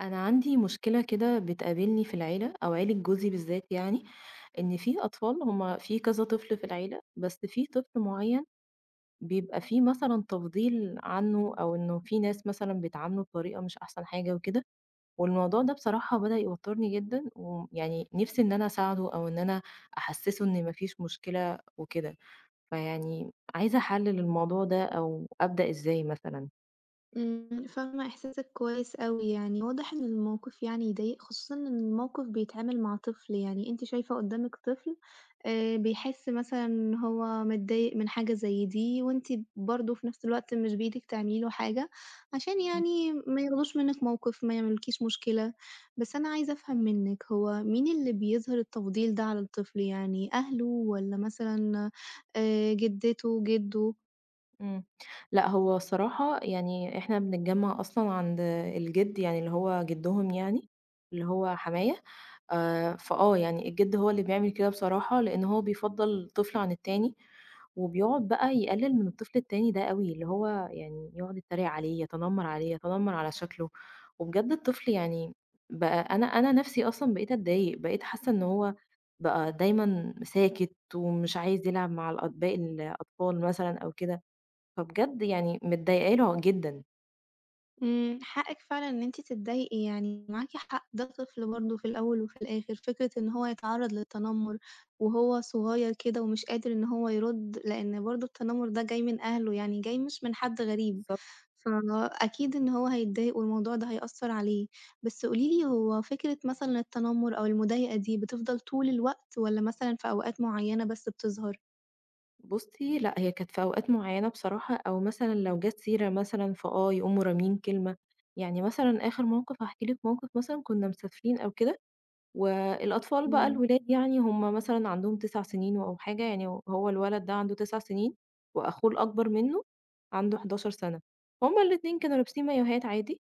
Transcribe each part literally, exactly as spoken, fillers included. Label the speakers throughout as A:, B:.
A: أنا عندي مشكلة كده بتقابلني في العيلة أو عيلة جوزي بالذات يعني إن في أطفال هما في كذا طفل في العيلة بس في طفل معين بيبقى فيه مثلا تفضيل عنه أو إنه في ناس مثلا بيتعاملوا بطريقة مش أحسن حاجة وكده. والموضوع ده بصراحة بدأ يوترني جدا ويعني نفسي إن أنا أساعده أو إن أنا أحسسه إن مفيش مشكلة وكده، فيعني عايزة أحلل الموضوع ده أو أبدأ إزاي مثلا.
B: إمم، فاهمة إحساسِك كويس أوي، يعني واضح إن الموقِف يعني يضايق، خصوصًا إن الموقِف بيتعامل مع طفل، يعني أنتِ شايفة قُدّامِك طفل آآ بيحس مثلًا إن هو متضايق من حاجة زي دي، وأنتِ برضه في نفس الوقت مش بإيدِك تعملي له حاجة، عشان يعني ما ياخدوش منِّك موقِف، ما يعملولكيش مشكلة. بس أنا عايزة أفهم منِّك، هو مين اللي بيظهِر التفضيل ده على الطفل، يعني أهله والّا مثلًا آآ جدته، جده؟
A: إمم. لأ، هو الصراحة يعني إحنا بنتجمّع أصلًا عند الجِد، يعني اللي هو جِدّهم يعني، اللي هو حمايا، آآ فآه، يعني الجِد هو اللي بيعمل كده بصراحة، لإن هو بيفضّل طفل عن التاني، وبيقعد بقى يقلِّل من الطفل التاني ده أوي، اللي هو يعني يقعد يتريق عليه، يتنمّر عليه، يتنمّر على شكله، وبجد الطفل يعني بقى أنا أنا نَفْسي أصلًا بقيت أتضايق، بقيت حاسّة إن هو بقى دايمًا ساكت ومش عايز يلعب مع الأط باقي الأطفال مثلًا أو كده. فبجد يعني متضايقة له جدًا.
B: إمم، حقِك فعلًا إن أنتِ تتضايقي يعني، معاكِ حق، ده طفل برضه في الأول وفي الآخر، فكرة إن هو يتعرّض للتنمر وهو صغير كده ومش قادر إن هو يرُد، لإن برضه التنمر ده جاي من أهله، يعني جاي مش من حد غريب،
A: بالضبط.
B: فأكيد إن هو هيتضايق والموضوع ده هيأثّر عليه. بس قولي لي هو فكرة مثلًا التنمر أو المضايقة دي بتفضل طول الوقت والّا مثلًا في أوقات معيّنة بس بتظهر؟
A: بُصّي، لأ هي كانت في أوقات معيّنة بصراحة أو مثلًا لو جات سيرة مثلًا فآه يقوموا راميين كلمة. يعني مثلًا آخر موقف هاحكي لِك موقف مثلًا كنا مسافرين أو كده، والأطفال بقى الولاد يعني هم مثلًا عندهم 9 سنين أو حاجة، يعني هو الولد ده عنده 9 سنين وأخوه الأكبر منه عنده 11 سنة. هُم الاتنين كانوا لابسين مايوهات عادي،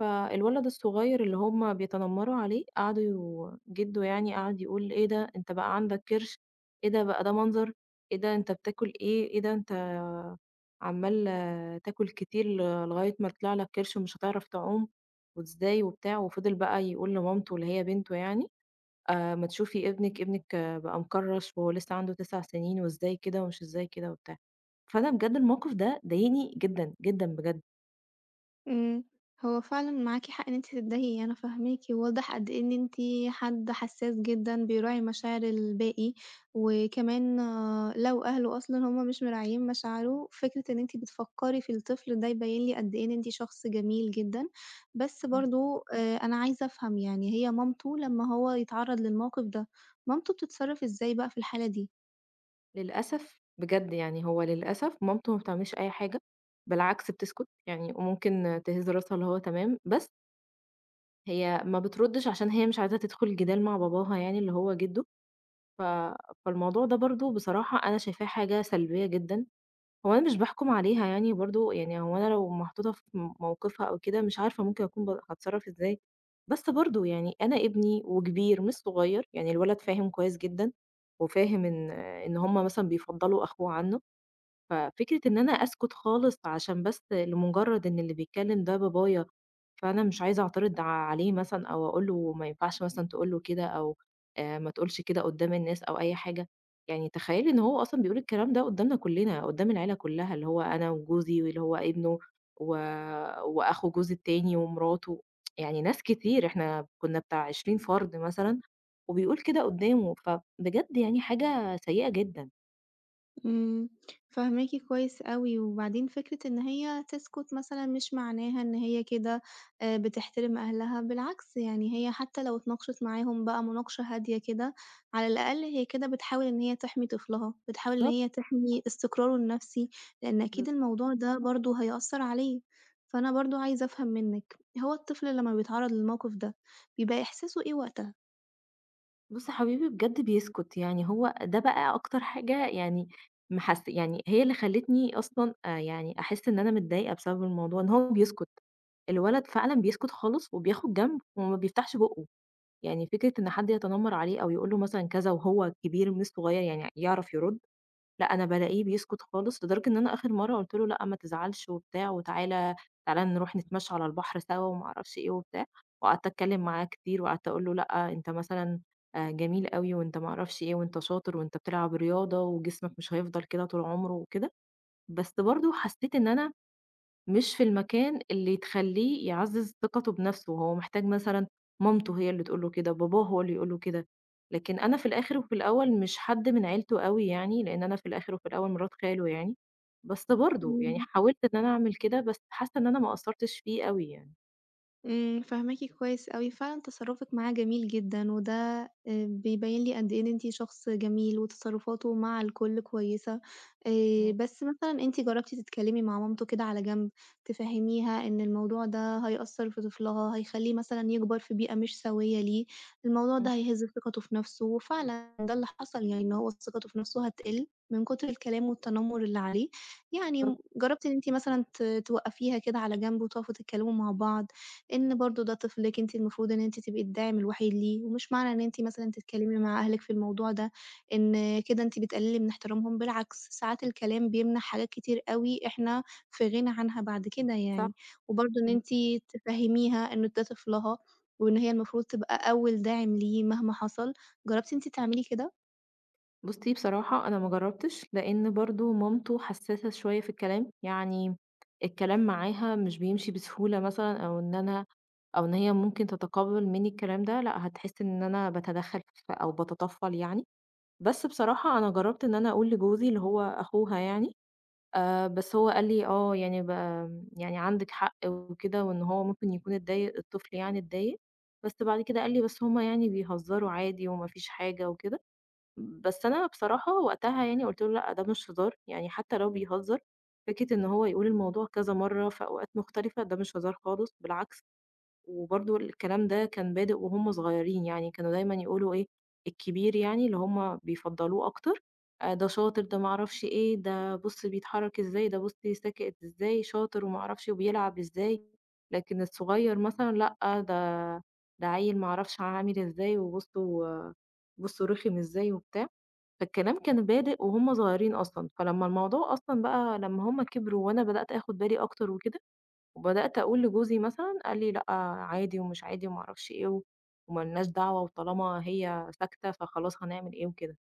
A: فالولد الصغير اللي هُم بيتنمّروا عليه قعدوا يو- جِدُّه يعني قعد يقول: "إيه ده أنت بقى عندك كرش، إيه ده بقى ده منظر، إيه ده أنت بتاكل إيه، إيه ده أنت عمّال آه، تاكل كتير ل لغاية ما يطلع لك كرش ومش هتعرف تعوم وإزاي،" وبتاع، وفضل بقى يقول لمامته اللي هي بنته يعني: "آآ ما تشوفي ابنِك، ابنِك آه، بقى مكرّش وهو لسه عنده 9 سنين وإزاي كده ومش إزاي كده،" وبتاع. فأنا بجد الموقف ده ضايقني جدًا، جدًا بجد.
B: إمم، هو فعلًا معاكِ حق إن أنتِ تتضايقي، أنا فاهماكِ، وواضح قد إيه إن أنتِ حد حساس جدًا بيراعي مشاعر الباقي، وكمان آه، لو أهله أصلًا هُم مش مراعيين مشاعره، فكرة إن أنتِ بتفكّري في الطفل ده يبين لي قد إيه إن أنتِ شخص جميل جدًا، بس برضه آآ أنا عايزة أفهم يعني هي مامته لمّا هو يتعرّض للموقف ده، مامته بتتصرّف إزاي بقى في الحالة دي؟
A: للأسف بجد يعني هو للأسف مامته ما بتعملش أي حاجة، بالعكس بتسكت، يعني وممكن تهز راسها اللي هو تمام، بس هي ما بتردش عشان هي مش عايزة تدخل جدال مع باباها يعني اللي هو جده، ف فالموضوع ده برضه بصراحة أنا شايفاه حاجة سلبية جدًا، هو أنا مش باحكم عليها يعني برضه يعني هو أنا لو محطوطة في م موقفها أو كده مش عارفة ممكن أكون ب هاتصرّف إزاي، بس برضه يعني أنا ابني وكبير مش صغير، يعني الولد فاهم كويس جدًا، وفاهم إن إن هُم مثلًا بيفضّلوا أخوه عنه. ففكرة إن أنا أسكت خالص عشان بس لمجرد إن اللي بيتكلم ده بابايا، فأنا مش عايزة أعترض ع- عليه مثلًا أو أقول له ما ينفعش مثلًا تقول له كده أو آآ ما تقولش كده قدّام الناس أو أي حاجة، يعني تخيّلي إن هو أصلًا بيقول الكلام ده قدّامنا كلّنا، قدّام العيلة كلّها، اللي هو أنا وجوزي واللي هو ابنه و وأخو جوزي التاني ومراته، يعني ناس كتير، إحنا كنا بتاع 20 فرد مثلًا وبيقول كده قدّامه، فبجد يعني حاجة سيئة جدًا.
B: إمم، فاهماكِ كويس أوي، وبعدين فكرة إن هي تسكت مثلًا مش معناها إن هي كده آآ بتحترم أهلها، بالعكس يعني هي حتى لو اتناقشت معاهم بقى مناقشة هادية كده، على الأقل هي كده بتحاول إن هي تحمي طفلها، بتحاول إن
A: بالضبط،
B: هي تحمي استقراره النفسي، لإن أكيد
A: بالضبط.
B: الموضوع ده برضه هيأثّر عليه. فأنا برضه عايزة أفهم منِّك، هو الطفل لمّا بيتعرّض للموقف ده، بيبقى إحساسه إيه وقتها؟
A: بُص حبيبي بجد بيسكت، يعني هو ده بقى أكتر حاجة يعني محس يعني هي اللي خلّتني أصلًا آآ يعني أحس إن أنا متضايقة بسبب الموضوع، إن هو بيسكت، الولد فعلًا بيسكت خالص وبياخد جنب وما بيفتحش بُقُّه، يعني فكرة إن حد يتنمر عليه أو يقول له مثلًا كذا وهو كبير مش صغير يعني يعرف يرد، لأ، أنا بالاقيه بيسكت خالص، لدرجة إن أنا آخر مرّة قُلت له: "لأ، ما تزعلش وبتاع وتعالَ تعالَ نروح نتمشى على البحر سوا." وما أعرفش إيه وبتاع، وقعدت أتكلّم معاه كتير وقعدت أقول له: "لأ، أنت مثلًا آآ جميل أوي وأنت ما أعرفش إيه وأنت شاطر وأنت بتلعب رياضة وجسمك مش هيفضل كده طول عمره وكده." بس برضه حسّيت إن أنا مش في المكان اللي تخلّيه يعزّز ثقته بنفسه، هو محتاج مثلًا مامته هي اللي تقول له كده، باباه هو اللي يقول له كده، لكن أنا في الآخر وفي الأول مش حد من عيلته أوي يعني، لإن أنا في الآخر وفي الأول مرات خاله يعني، بس برضه يعني حاولت إن أنا أعمل كده، بس حاسة إن أنا ما قصّرتش فيه أوي يعني.
B: إمم، فاهماكِ كويس أوي، فعلًا تصرُّفِك معاه جميل جدًا، وده آآ بيبيّن لي قد إيه إن أنتِ شخص جميل وتصرُّفاته مع الكل كويسة، آآ
A: إمم،
B: بس مثلًا أنتِ جرّبتِ تتكلّمي مع مامته كده على جنب، تفهّميها إن الموضوع ده هيأثّر في طفلها، هيخلّيه مثلًا يكبر في بيئة مش سوية ليه، الموضوع ده هيهِز ثقته في نَفْسه، وفعلًا ده اللي حصل يعني إن هو ثقته في نَفْسه هتقِل من كتر الكلام والتنمُّر اللي عليه، يعني م
A: بالضبط،
B: جرّبتِ إن أنتِ مثلًا ت توقّفيها كده على جنب وتقفوا تتكلّموا مع بعض؟ إن برضه ده طفلِك، أنتِ المفروض إن أنتِ تبقي الداعم الوحيد ليه، ومش معنى إن أنتِ مثلًا تتكلمي مع أهلِك في الموضوع ده إن كده أنتِ بتقللي من احترامهم، بالعكس ساعات الكلام بيمنع حاجات كتير أوي إحنا في غنى عنها بعد كده
A: صح.
B: يعني، وبرضه إن أنتِ تفهميها إن ده طفلها، وإن هي المفروض تبقى أول داعم ليه مهما حصل، جربتِ أنتِ تعملي كده؟
A: بُصّي بصراحة أنا ما جرّبتش، لإن برضه مامته حسّاسة شوية في الكلام، يعني الكلام معاها مش بيمشي بسهولة مثلًا أو إن أنا أو إن هي ممكن تتقبّل منّي الكلام ده، لأ هتحس إن أنا باتدخّل ف أو باتطفّل يعني، بس بصراحة أنا جرّبت إن أنا أقول لجوزي اللي هو أخوها يعني، آآ بس هو قال لي: "آه يعني ب يعني عندِك حق وكده وإن هو ممكن يكون اتضايق الطفل يعني اتضايق." بس بعد كده قال لي: "بس هم يعني بيهزّروا عادي وما فيش حاجة وكده." بس أنا بصراحة وقتها يعني قُلت له: "لأ، ده مش هزار." يعني حتى لو بيهزر، فكرة إن هو يقول الموضوع كذا مرّة في أوقات مختلفة، ده مش هزار خالص بالعكس. وبرضه الكلام ده كان بادئ وهُم صغيرين، يعني كانوا دايمًا يقولوا إيه، الكبير يعني اللي هُم بيفضّلوه أكتر، آآ ده شاطر، ده ما أعرفش إيه، ده بُص بيتحرّك إزاي، ده بُص ساكت إزاي، شاطر وما أعرفش وبيلعب إزاي، لكن الصغير مثلًا لأ، ده ده عيّل ما أعرفش عامل إزاي وبُصّوا بُصّوا رخم إزاي وبتاع، فالكلام كان بادئ وهُم صغيرين أصلًا، فلمّا الموضوع أصلًا بقى لمّا هُم كبروا وأنا بدأت آخُد بالي أكتر وكده وبدأت أقول لجوزي مثلًا، قال لي: "لأ عادي ومش عادي وما أعرفش إيه و وما لناش دعوة وطالما هي ساكتة فخلاص هنعمل إيه وكده."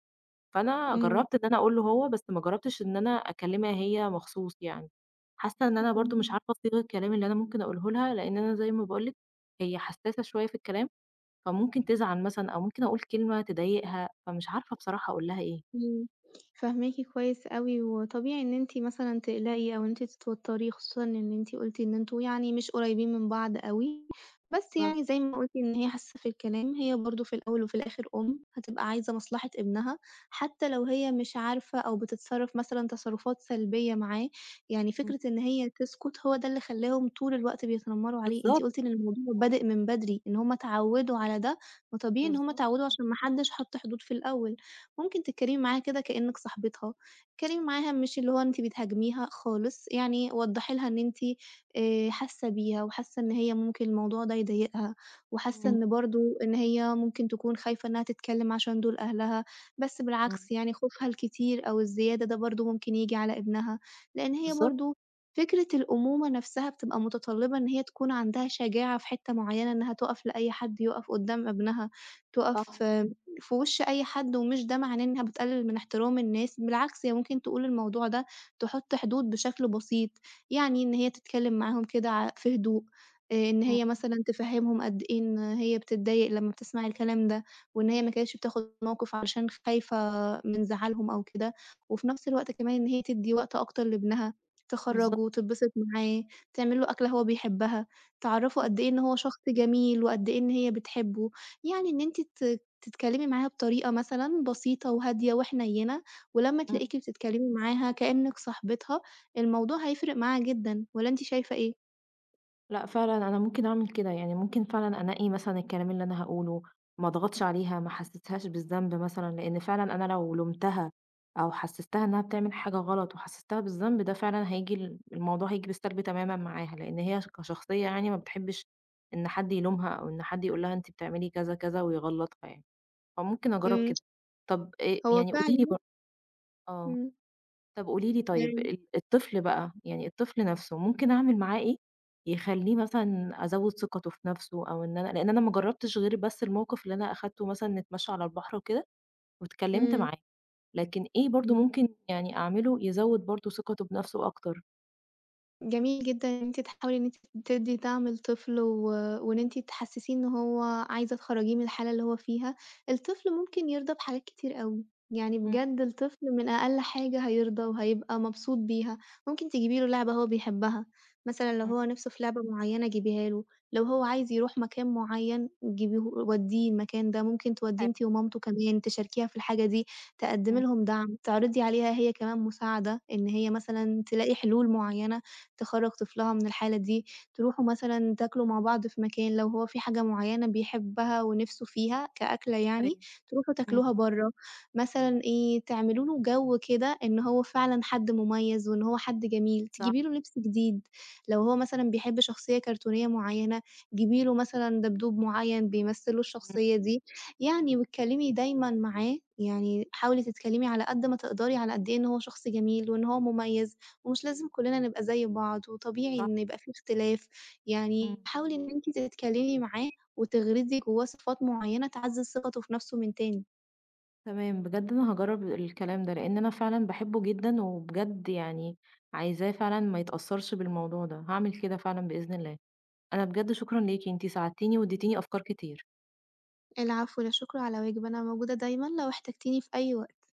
A: فأنا جرّبت إن أنا أقول له هو، بس ما جرّبتش إن أنا أكلمها هي مخصوص يعني. حاسة إن أنا برضه مش
B: إمم.
A: عارفة أصيغ الكلام اللي أنا ممكن أقوله لها، لإن أنا زي ما باقول لِك هي حساسة شوية في الكلام، فممكن تزعل مثلًا أو ممكن أقول كلمة تضايقها، فمش عارفة بصراحة أقول لها إيه.
B: إمم، فاهماكِ كويس أوي، وطبيعي إن أنتِ مثلًا تقلقي أو إن أنتِ تتوتري، خصوصًا إن أنتِ قُلتِ إن أنتم يعني مش قريبين من بعض أوي، بس
A: بالضبط،
B: يعني زي ما قُلتِ إن هي حاسة في الكلام، هي برضه في الأول وفي الآخر أُم، هتبقى عايزة مصلحة ابنها، حتى لو هي مش عارفة أو بتتصرف مثلًا تصرفات سلبية معاه، يعني
A: إمم،
B: فكرة إن هي تسكت هو ده اللي خلاهم طول الوقت بيتنمروا عليه، أنتِ
A: بالضبط،
B: قُلتِ إن الموضوع بادئ من بدري، إن هُم اتعودوا على ده، فطبيعي إن هُم
A: بالضبط،
B: اتعودوا عشان ما حدش حَط حدود في الأول. ممكن تتكلمي معاها كده كأنِّك صاحبتها، اتكلمي معاها مش اللي هو أنتِ بتهاجميها خالص، يعني وضّحي لها إن أنتِ آآ حاسة بيها وحاسة إن هي ممكن الموضوع ده يضايقها، وحاسة
A: إمم،
B: إن برضه إن هي ممكن تكون خايفة إنها تتكلم عشان دول أهلها، بس
A: إمم،
B: بالعكس يعني خوفها الكتير أو الزيادة ده برضه ممكن ييجي على ابنها، لإن هي
A: بالضبط،
B: برضه فكرة الأمومة نفسها بتبقى متطلبة إن هي تكون عندها شجاعة في حتة معينة إنها تُقف لأي حد، يُقف قدّام ابنها،
A: صح،
B: تُقف في وِش أي حد، ومش ده معناه إنها بتقلل من احترام الناس، بالعكس هي ممكن تقول الموضوع ده، تحط حدود بشكل بسيط، يعني إن هي تتكلم معاهم كده ع في هدوء، آآ إن هي
A: إمم،
B: مثلًا تفهّمهم قد إيه إن هي بتتضايق لمّا بتسمع الكلام ده، وإن هي ما كانتش بتاخد موقِف علشان خايفة من زعلهم أو كده، وفي نفس الوقت كمان إن هي تدّي وقت أكتر لابنها،
A: بالضبط،
B: تخرّجه، تتبسط معاه، تعمل له أكلة هو بيحبها، تعرّفه قد
A: إمم،
B: إيه إن هو شخص جميل وقد إيه إن هي بتحبه، يعني إن أنتِ ت تتكلمي معاها بطريقة مثلًا بسيطة وهادية وحنيّنة، ولمّا
A: إمم.
B: تلاقيكِ بتتكلمي معاها كأنِك صاحبتها، الموضوع هيفرق معاها جدًا، والّا أنتِ شايفة إيه؟
A: لأ فعلًا أنا ممكن أعمل كده، يعني ممكن فعلًا أنقي مثلًا الكلام اللي أنا هاقوله، ما اضغطش عليها، ما احسسهاش بالذنب مثلًا، لإن فعلًا أنا لو لُمتها أو حسستها إنها بتعمل حاجة غلط وحسستها بالذنب ده فعلًا هييجي ال الموضوع هييجي بالسلب تمامًا معاها، لإن هي ش كشخصية يعني ما بتحبش إن حد يلومها أو إن حد يقول لها أنتِ بتعملي كذا، كذا ويغلطها يعني، فممكن أجرّب
B: إمم.
A: كده. طب آآ
B: هو
A: يعني قولي لي
B: فعلًا.
A: بر آه.
B: إمم.
A: طب قولي لي طيب ال الطفل بقى، يعني الطفل نَفْسه ممكن أعمل معاه إيه يخلّيه مثلًا أزوّد ثقته في نَفْسه أو إن أنا لإن أنا ما جرّبتش غير بس الموقف اللي أنا أخدته مثلًا نتمشّى على البحر وكده واتكلّمت
B: إمم،
A: معاه، لكن إيه برضه
B: إمم.
A: ممكن يعني أعمله يزوّد برضه ثقته بنَفْسه أكتر؟
B: جميل جدًا إن أنتِ تحاولي إن أنتِ تدّي دعم لطفل و وإن أنتِ تحسّسيه إن هو عايزة تخرّجيه من الحالة اللي هو فيها، الطفل ممكن يرضى بحاجات كتير أوي، يعني
A: إمم،
B: بجد الطفل من أقل حاجة هيرضى وهيبقى مبسوط بيها، ممكن تجيبي له لعبة هو بيحبها، مثلًا لو
A: إمم،
B: هو نِفْسه في لعبة معيّنة جيبيها له، لو هو عايز يروح مكان معيّن جيبيه ودّيه المكان ده، ممكن تودّيه
A: حلو،
B: أنتِ ومامته كمان تشاركيها في الحاجة دي، تقدّمي
A: إمم،
B: لهم دعم، تعرضي عليها هي كمان مساعدة، إن هي مثلًا تلاقي حلول معيّنة. تخرّج طفلها من الحالة دي، تروحوا مثلًا تاكلوا مع بعض في مكان، لو هو في حاجة معيّنة بيحبها ونِفْسه فيها كأكلة يعني،
A: أيوه،
B: تروحوا
A: إمم،
B: تاكلوها برّه، مثلًا إيه، تعملوا له جو كده إن هو فعلًا حد مميز وإن هو حد جميل،
A: صح،
B: تجيبي له لبس جديد، لو هو مثلًا بيحب شخصية كرتونية معيّنة، جيبي له مثلًا دبدوب معيّن بيمثّل له
A: إمم،
B: الشخصية دي، يعني واتكلّمي دايمًا معاه، يعني حاولي تتكلّمي على قد ما تقدري على قد إيه إن هو شخص جميل وإن هو مميز. ومش لازم كلّنا نبقى زي بعض، وطبيعي
A: صح،
B: إن يبقى في اختلاف، يعني
A: إمم.
B: حاولي إن أنتِ تتكلمي معاه وتغرزي جوّاه صفات معيّنة تعزّز ثقته في نفسه من تاني.
A: تمام، بجد أنا هاجرّب الكلام ده، لإن أنا فعلًا باحبه جدًا، وبجد يعني عايزاه فعلًا ما يتأثّرش بالموضوع ده، هاعمل كده فعلًا بإذن الله. أنا بجد شكرًا ليكِ، أنتِ ساعدتيني واديتيني أفكار كتير.
B: العفو، لا شكر على واجب، أنا موجودة دايمًا لو احتجتيني في أي وقت.